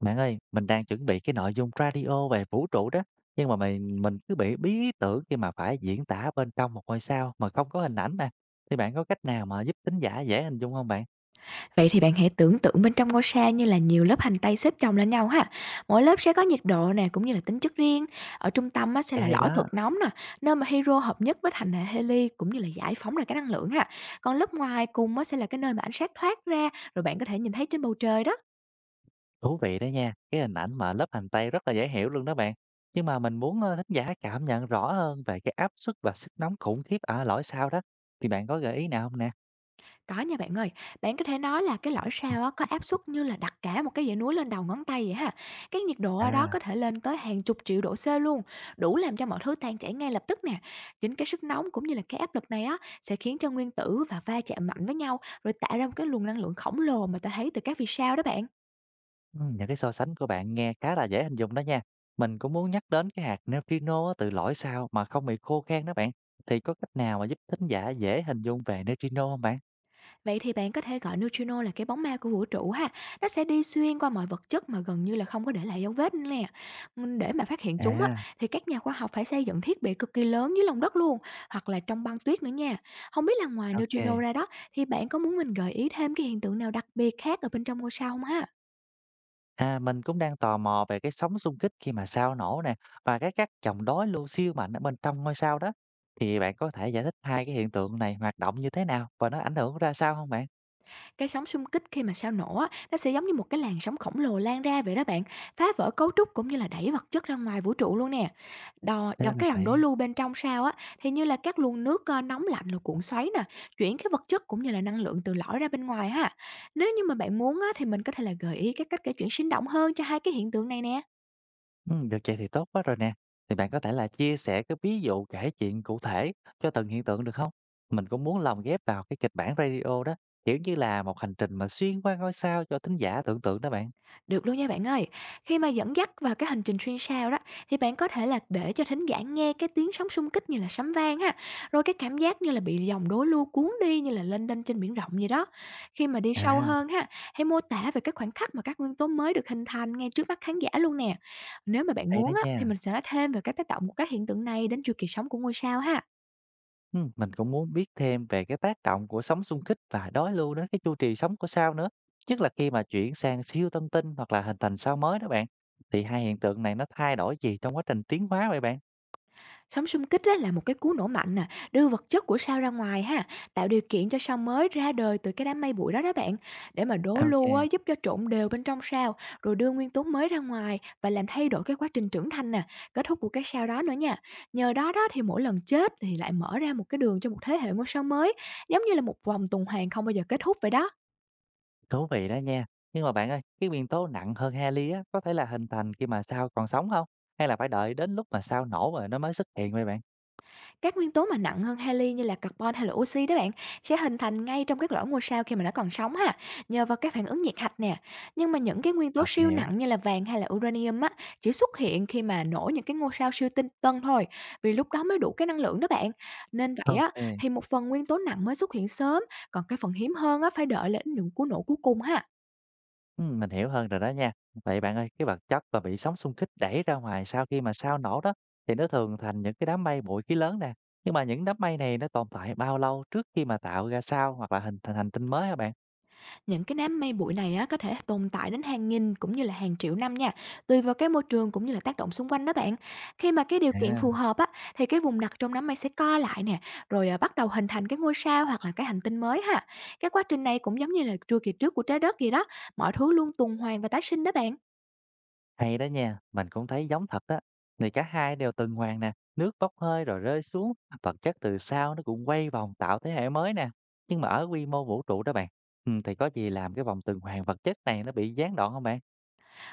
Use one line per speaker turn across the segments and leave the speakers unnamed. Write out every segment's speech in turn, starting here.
Bạn ơi, mình đang chuẩn bị cái nội dung radio về vũ trụ đó, nhưng mà mình cứ bị bí ý tưởng khi mà phải diễn tả bên trong một ngôi sao mà không có hình ảnh nè. Thì bạn có cách nào mà giúp thính giả dễ hình dung không bạn?
Vậy thì bạn hãy tưởng tượng bên trong ngôi sao như là nhiều lớp hành tây xếp chồng lên nhau ha. Mỗi lớp sẽ có nhiệt độ nè cũng như là tính chất riêng. Ở trung tâm á, sẽ
À,
là
hay
lõi
đó,
cực nóng nè, nơi mà hydro hợp nhất với thành hệ heli cũng như là giải phóng ra cái năng lượng ha. Còn lớp ngoài cùng á, sẽ là cái nơi mà ánh sáng thoát ra rồi bạn có thể nhìn thấy trên bầu trời đó.
thú vị đó nha, cái hình ảnh mà lớp hành tây rất là dễ hiểu luôn đó bạn. Nhưng mà mình muốn, thính giả cảm nhận rõ hơn về cái áp suất và sức nóng khủng khiếp ở lõi sao đó, thì bạn có gợi ý nào không nè?
Có nha bạn ơi, bạn có thể nói là cái lõi sao á, có áp suất như là đặt cả một cái dãy núi lên đầu ngón tay vậy ha. Cái nhiệt độ ở đó
À.
có thể lên tới hàng chục triệu độ C luôn, đủ làm cho mọi thứ tan chảy ngay lập tức nè. Chính cái sức nóng cũng như là cái áp lực này á sẽ khiến cho nguyên tử và va chạm mạnh với nhau rồi tạo ra một cái luồng năng lượng khổng lồ mà ta thấy từ các vì sao đó bạn.
Những cái so sánh của bạn nghe khá là dễ hình dung đó nha. Mình cũng muốn nhắc đến cái hạt neutrino á, từ lõi sao mà không bị khô khan đó bạn. Thì có cách nào mà giúp thính giả dễ hình dung về neutrino không bạn?
Vậy thì bạn có thể gọi neutrino là cái bóng ma của vũ trụ ha. Nó sẽ đi xuyên qua mọi vật chất mà gần như là không có để lại dấu vết nữa nè. Để mà phát hiện chúng á,
À,
thì các nhà khoa học phải xây dựng thiết bị cực kỳ lớn dưới lòng đất luôn, hoặc là trong băng tuyết nữa nha. Không biết là ngoài neutrino
ok.
ra đó, thì bạn có muốn mình gợi ý thêm cái hiện tượng nào đặc biệt khác ở bên trong ngôi sao không ha?
À, mình cũng đang tò mò về cái sóng xung kích khi mà sao nổ nè và cái các chòm đối lưu siêu mạnh ở bên trong ngôi sao đó. Thì bạn có thể giải thích hai cái hiện tượng này hoạt động như thế nào và nó ảnh hưởng ra sao không bạn?
Cái sóng xung kích khi mà sao nổ á, nó sẽ giống như một cái làn sóng khổng lồ lan ra vậy đó bạn, phá vỡ cấu trúc cũng như là đẩy vật chất ra ngoài vũ trụ luôn nè. Đò
Ra
dòng
là
cái dòng đối
vậy.
lưu bên trong sao á thì như là các luồng nước nóng lạnh rồi cuộn xoáy nè, chuyển cái vật chất cũng như là năng lượng từ lõi ra bên ngoài ha. Nếu như mà bạn muốn á thì mình có thể là gợi ý các cách kể chuyện sinh động hơn cho hai cái hiện tượng này nè.
Được vậy thì tốt quá rồi nè. Thì bạn có thể là chia sẻ cái ví dụ kể chuyện cụ thể cho từng hiện tượng được không? Mình cũng muốn lồng ghép vào cái kịch bản radio đó, kiểu như là một hành trình mà xuyên qua ngôi sao cho thính giả tưởng tượng đó bạn.
Được luôn nha bạn ơi. Khi mà dẫn dắt vào cái hành trình xuyên sao đó thì bạn có thể là để cho thính giả nghe cái tiếng sóng xung kích như là sấm vang ha, rồi cái cảm giác như là bị dòng đối lưu cuốn đi như là lênh đênh trên biển rộng vậy đó. Khi mà đi sâu
À,
hơn ha, hãy mô tả về các khoảnh khắc mà các nguyên tố mới được hình thành ngay trước mắt khán giả luôn nè. Nếu mà bạn
hay đó
muốn á thì
nha.
mình sẽ nói thêm về các tác động của các hiện tượng này đến chu kỳ sống của ngôi sao ha.
Mình cũng muốn biết thêm về cái tác động của sóng xung kích và đối lưu đến cái chu kỳ sống của sao nữa. Nhất là khi mà chuyển sang siêu tân tinh hoặc là hình thành sao mới đó bạn. Thì hai hiện tượng này nó thay đổi gì trong quá trình tiến hóa vậy bạn?
Sóng xung kích á, là một cái cú nổ mạnh nè, đưa vật chất của sao ra ngoài ha, tạo điều kiện cho sao mới ra đời từ cái đám mây bụi đó đó bạn. Để mà đối lưu á,
Ok.
giúp cho trộn đều bên trong sao, rồi đưa nguyên tố mới ra ngoài và làm thay đổi cái quá trình trưởng thành nè, kết thúc của cái sao đó nữa nha. Nhờ đó đó thì mỗi lần chết thì lại mở ra một cái đường cho một thế hệ ngôi sao mới, giống như là một vòng tuần hoàn không bao giờ kết thúc vậy đó.
Thú vị đó nha. Nhưng mà bạn ơi, cái nguyên tố nặng hơn heli á, có thể là hình thành khi mà sao còn sống không? Hay là phải đợi đến lúc mà sao nổ rồi nó mới xuất hiện vậy bạn?
Các nguyên tố mà nặng hơn heli như là carbon hay là oxy đó bạn sẽ hình thành ngay trong các lỗ ngôi sao khi mà nó còn sống ha, nhờ vào các phản ứng nhiệt hạch nè. Nhưng mà những cái nguyên tố
À,
siêu
mình hiểu.
nặng như là vàng hay là uranium á chỉ xuất hiện khi mà nổ những cái ngôi sao siêu tinh tân thôi, vì lúc đó mới đủ cái năng lượng đó bạn. Nên vậy á
Ok.
thì một phần nguyên tố nặng mới xuất hiện sớm, còn cái phần hiếm hơn á phải đợi đến những cú nổ cuối cùng ha.
Ừ, mình hiểu hơn rồi đó nha. Vậy bạn ơi, cái vật chất mà bị sóng xung kích đẩy ra ngoài sau khi mà sao nổ đó, thì nó thường thành những cái đám mây bụi khí lớn nè. Nhưng mà những đám mây này nó tồn tại bao lâu trước khi mà tạo ra sao hoặc là hình thành hành tinh mới hả bạn?
Những cái đám mây bụi này á, có thể tồn tại đến hàng nghìn cũng như là hàng triệu năm nha, tùy vào cái môi trường cũng như là tác động xung quanh đó bạn. Khi mà cái điều kiện
À.
phù hợp á, thì cái vùng đặc trong đám mây sẽ co lại nè, rồi bắt đầu hình thành cái ngôi sao hoặc là cái hành tinh mới ha. Cái quá trình này cũng giống như là chu kỳ trước của trái đất gì đó, mọi thứ luôn tuần hoàn và tái sinh đó bạn.
Hay đó nha, mình cũng thấy giống thật đó. Thì cả hai đều tuần hoàn nè, nước bốc hơi rồi rơi xuống, vật chất từ sao nó cũng quay vòng tạo thế hệ mới nè. Nhưng mà ở quy mô vũ trụ đó bạn, ừ, thì có gì làm cái vòng tuần hoàn vật chất này nó bị gián đoạn không bạn?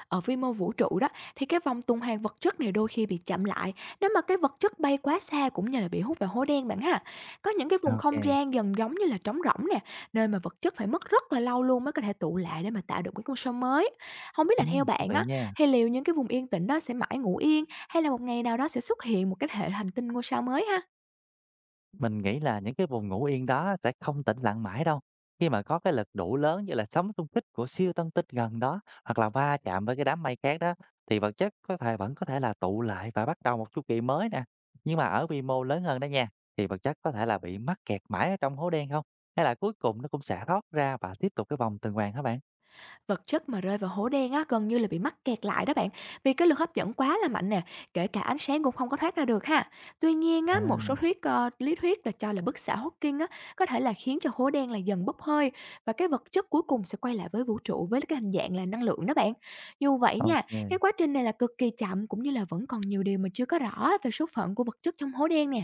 Ở vi mô vũ trụ đó, thì cái vòng tuần hoàn vật chất này đôi khi bị chậm lại nếu mà cái vật chất bay quá xa cũng như là bị hút vào hố đen bạn ha. Có những cái vùng không
Ok,
gian gần giống như là trống rỗng nè, nơi mà vật chất phải mất rất là lâu luôn mới có thể tụ lại để mà tạo được cái con số mới. Không biết là
ừ,
theo
thú
bạn
vị
á,
nha.
thì liệu những cái vùng yên tĩnh đó sẽ mãi ngủ yên hay là một ngày nào đó sẽ xuất hiện một cái hệ hành tinh ngôi sao mới ha?
Mình nghĩ là những cái vùng ngủ yên đó sẽ không tĩnh lặng mãi đâu. Khi mà có cái lực đủ lớn như là sóng xung kích của siêu tân tinh gần đó hoặc là va chạm với cái đám mây khác đó thì vật chất có thể vẫn có thể là tụ lại và bắt đầu một chu kỳ mới nè. Nhưng mà ở quy mô lớn hơn đó nha thì vật chất có thể là bị mắc kẹt mãi ở trong hố đen không? Hay là cuối cùng nó cũng sẽ thoát ra và tiếp tục cái vòng tuần hoàn các bạn?
Vật chất mà rơi vào hố đen á, gần như là bị mắc kẹt lại đó bạn, vì cái lực hấp dẫn quá là mạnh nè, kể cả ánh sáng cũng không có thoát ra được ha. Tuy nhiên á,
À,
một số lý thuyết là cho là bức xạ Hawking á, có thể là khiến cho hố đen là dần bốc hơi và cái vật chất cuối cùng sẽ quay lại với vũ trụ với cái hình dạng là năng lượng đó bạn. Dù vậy nha, cái
ok.
quá trình này là cực kỳ chậm cũng như là vẫn còn nhiều điều mà chưa có rõ về số phận của vật chất trong hố đen nè.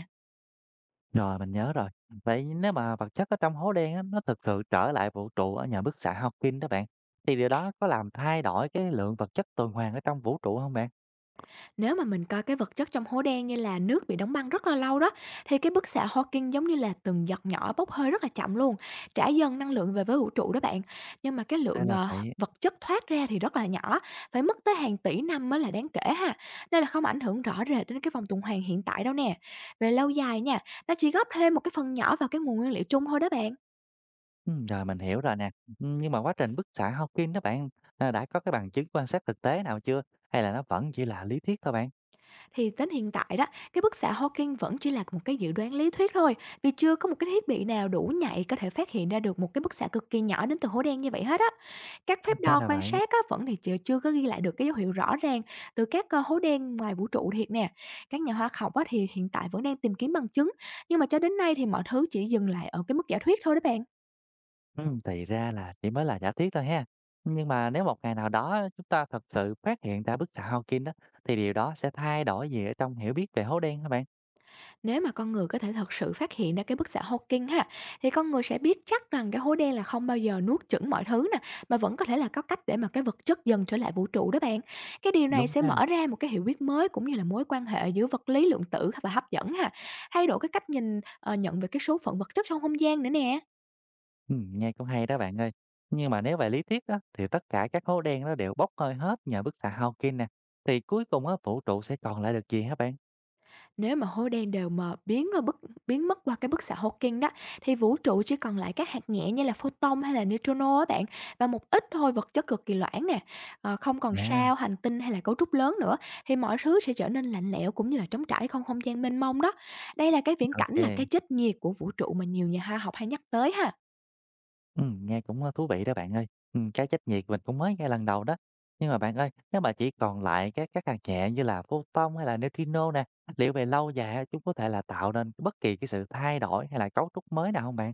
Rồi, mình nhớ rồi. Vậy nếu mà vật chất ở trong hố đen á, nó thực sự trở lại vũ trụ ở nhờ bức xạ Hawking đó bạn, thì điều đó có làm thay đổi cái lượng vật chất tuần hoàn ở trong vũ trụ không bạn?
Nếu mà mình coi cái vật chất trong hố đen như là nước bị đóng băng rất là lâu đó, thì cái bức xạ Hawking giống như là từng giọt nhỏ bốc hơi rất là chậm luôn, trả dần năng lượng về với vũ trụ đó bạn. Nhưng mà cái
Đây
lượng,
là
ờ,
vậy.
vật chất thoát ra thì rất là nhỏ, phải mất tới hàng tỷ năm mới là đáng kể ha, nên là không ảnh hưởng rõ rệt đến cái vòng tuần hoàn hiện tại đâu nè. Về lâu dài nha, nó chỉ góp thêm một cái phần nhỏ vào cái nguồn nguyên liệu chung thôi đó bạn.
Rồi mình hiểu rồi nè. Nhưng mà quá trình bức xạ Hawking đó bạn, à, đã có cái bằng chứng quan sát thực tế nào chưa? Hay là nó vẫn chỉ là lý thuyết thôi bạn?
Thì đến hiện tại đó, cái bức xạ Hawking vẫn chỉ là một cái dự đoán lý thuyết thôi, vì chưa có một cái thiết bị nào đủ nhạy có thể phát hiện ra được một cái bức xạ cực kỳ nhỏ đến từ hố đen như vậy hết á. Các phép
Ra
đo
là
quan
vậy.
sát á, vẫn thì chưa chưa có ghi lại được cái dấu hiệu rõ ràng từ các hố đen ngoài vũ trụ thiệt nè. Các nhà hóa học á, thì hiện tại vẫn đang tìm kiếm bằng chứng, nhưng mà cho đến nay thì mọi thứ chỉ dừng lại ở cái mức giả thuyết thôi đó bạn.
Thì ra là chỉ mới là giả thuyết thôi ha. Nhưng mà nếu một ngày nào đó chúng ta thật sự phát hiện ra bức xạ Hawking đó, thì điều đó sẽ thay đổi gì ở trong hiểu biết về hố đen hả bạn?
Nếu mà con người có thể thật sự phát hiện ra cái bức xạ Hawking ha, thì con người sẽ biết chắc rằng cái hố đen là không bao giờ nuốt chửng mọi thứ nè, mà vẫn có thể là có cách để mà cái vật chất dần trở lại vũ trụ đó bạn. Cái điều này
Đúng
sẽ
ha.
mở ra một cái hiểu biết mới cũng như là mối quan hệ giữa vật lý lượng tử và hấp dẫn ha, thay đổi cái cách nhận về cái số phận vật chất trong không gian nữa nè.
Nghe cũng hay đó bạn ơi. Nhưng mà nếu về lý thuyết á, thì tất cả các hố đen nó đều bốc hơi hết nhờ bức xạ Hawking nè. Thì cuối cùng á, vũ trụ sẽ còn lại được gì hả bạn?
Nếu mà hố đen đều mờ biến rồi bức biến mất qua cái bức xạ Hawking đó, thì vũ trụ chỉ còn lại các hạt nhẹ như là photon hay là neutrino á bạn, và một ít thôi vật chất cực kỳ loãng nè. Không còn
Nè,
sao, hành tinh hay là cấu trúc lớn nữa, thì mọi thứ sẽ trở nên lạnh lẽo cũng như là trống trải không không gian mênh mông đó. Đây là cái viễn cảnh là cái
Ok,
chết nhiệt của vũ trụ mà nhiều nhà khoa học hay nhắc tới ha.
Nghe cũng thú vị đó bạn ơi. Cái chất nhiệt mình cũng mới nghe lần đầu đó. Nhưng mà bạn ơi, nếu mà chỉ còn lại các hạt nhẹ như là photon hay là neutrino nè, liệu về lâu dài á, chúng có thể là tạo nên bất kỳ cái sự thay đổi hay là cấu trúc mới nào không bạn?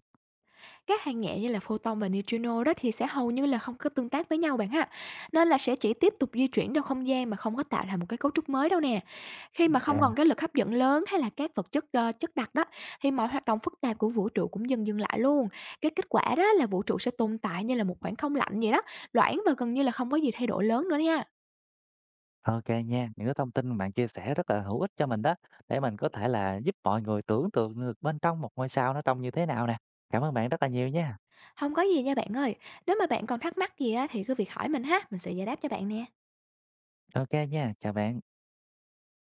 Các hạt nhẹ như là photon và neutrino đó thì sẽ hầu như là không có tương tác với nhau bạn ha. Nên là sẽ chỉ tiếp tục di chuyển trong không gian mà không có tạo thành một cái cấu trúc mới đâu nè. Khi mà không còn cái lực hấp dẫn lớn hay là các chất đặc đó thì mọi hoạt động phức tạp của vũ trụ cũng dần dừng lại luôn. Cái kết quả đó là vũ trụ sẽ tồn tại như là một khoảng không lạnh vậy đó, loãng và gần như là không có gì thay đổi lớn nữa nha.
OK nha, những cái thông tin bạn chia sẻ rất là hữu ích cho mình đó, để mình có thể là giúp mọi người tưởng tượng được bên trong một ngôi sao nó trông như thế nào nè. Cảm ơn bạn rất là nhiều nha.
Không có gì nha bạn ơi. Nếu mà bạn còn thắc mắc gì á thì cứ việc hỏi mình ha, mình sẽ giải đáp cho bạn nè.
OK nha, chào bạn.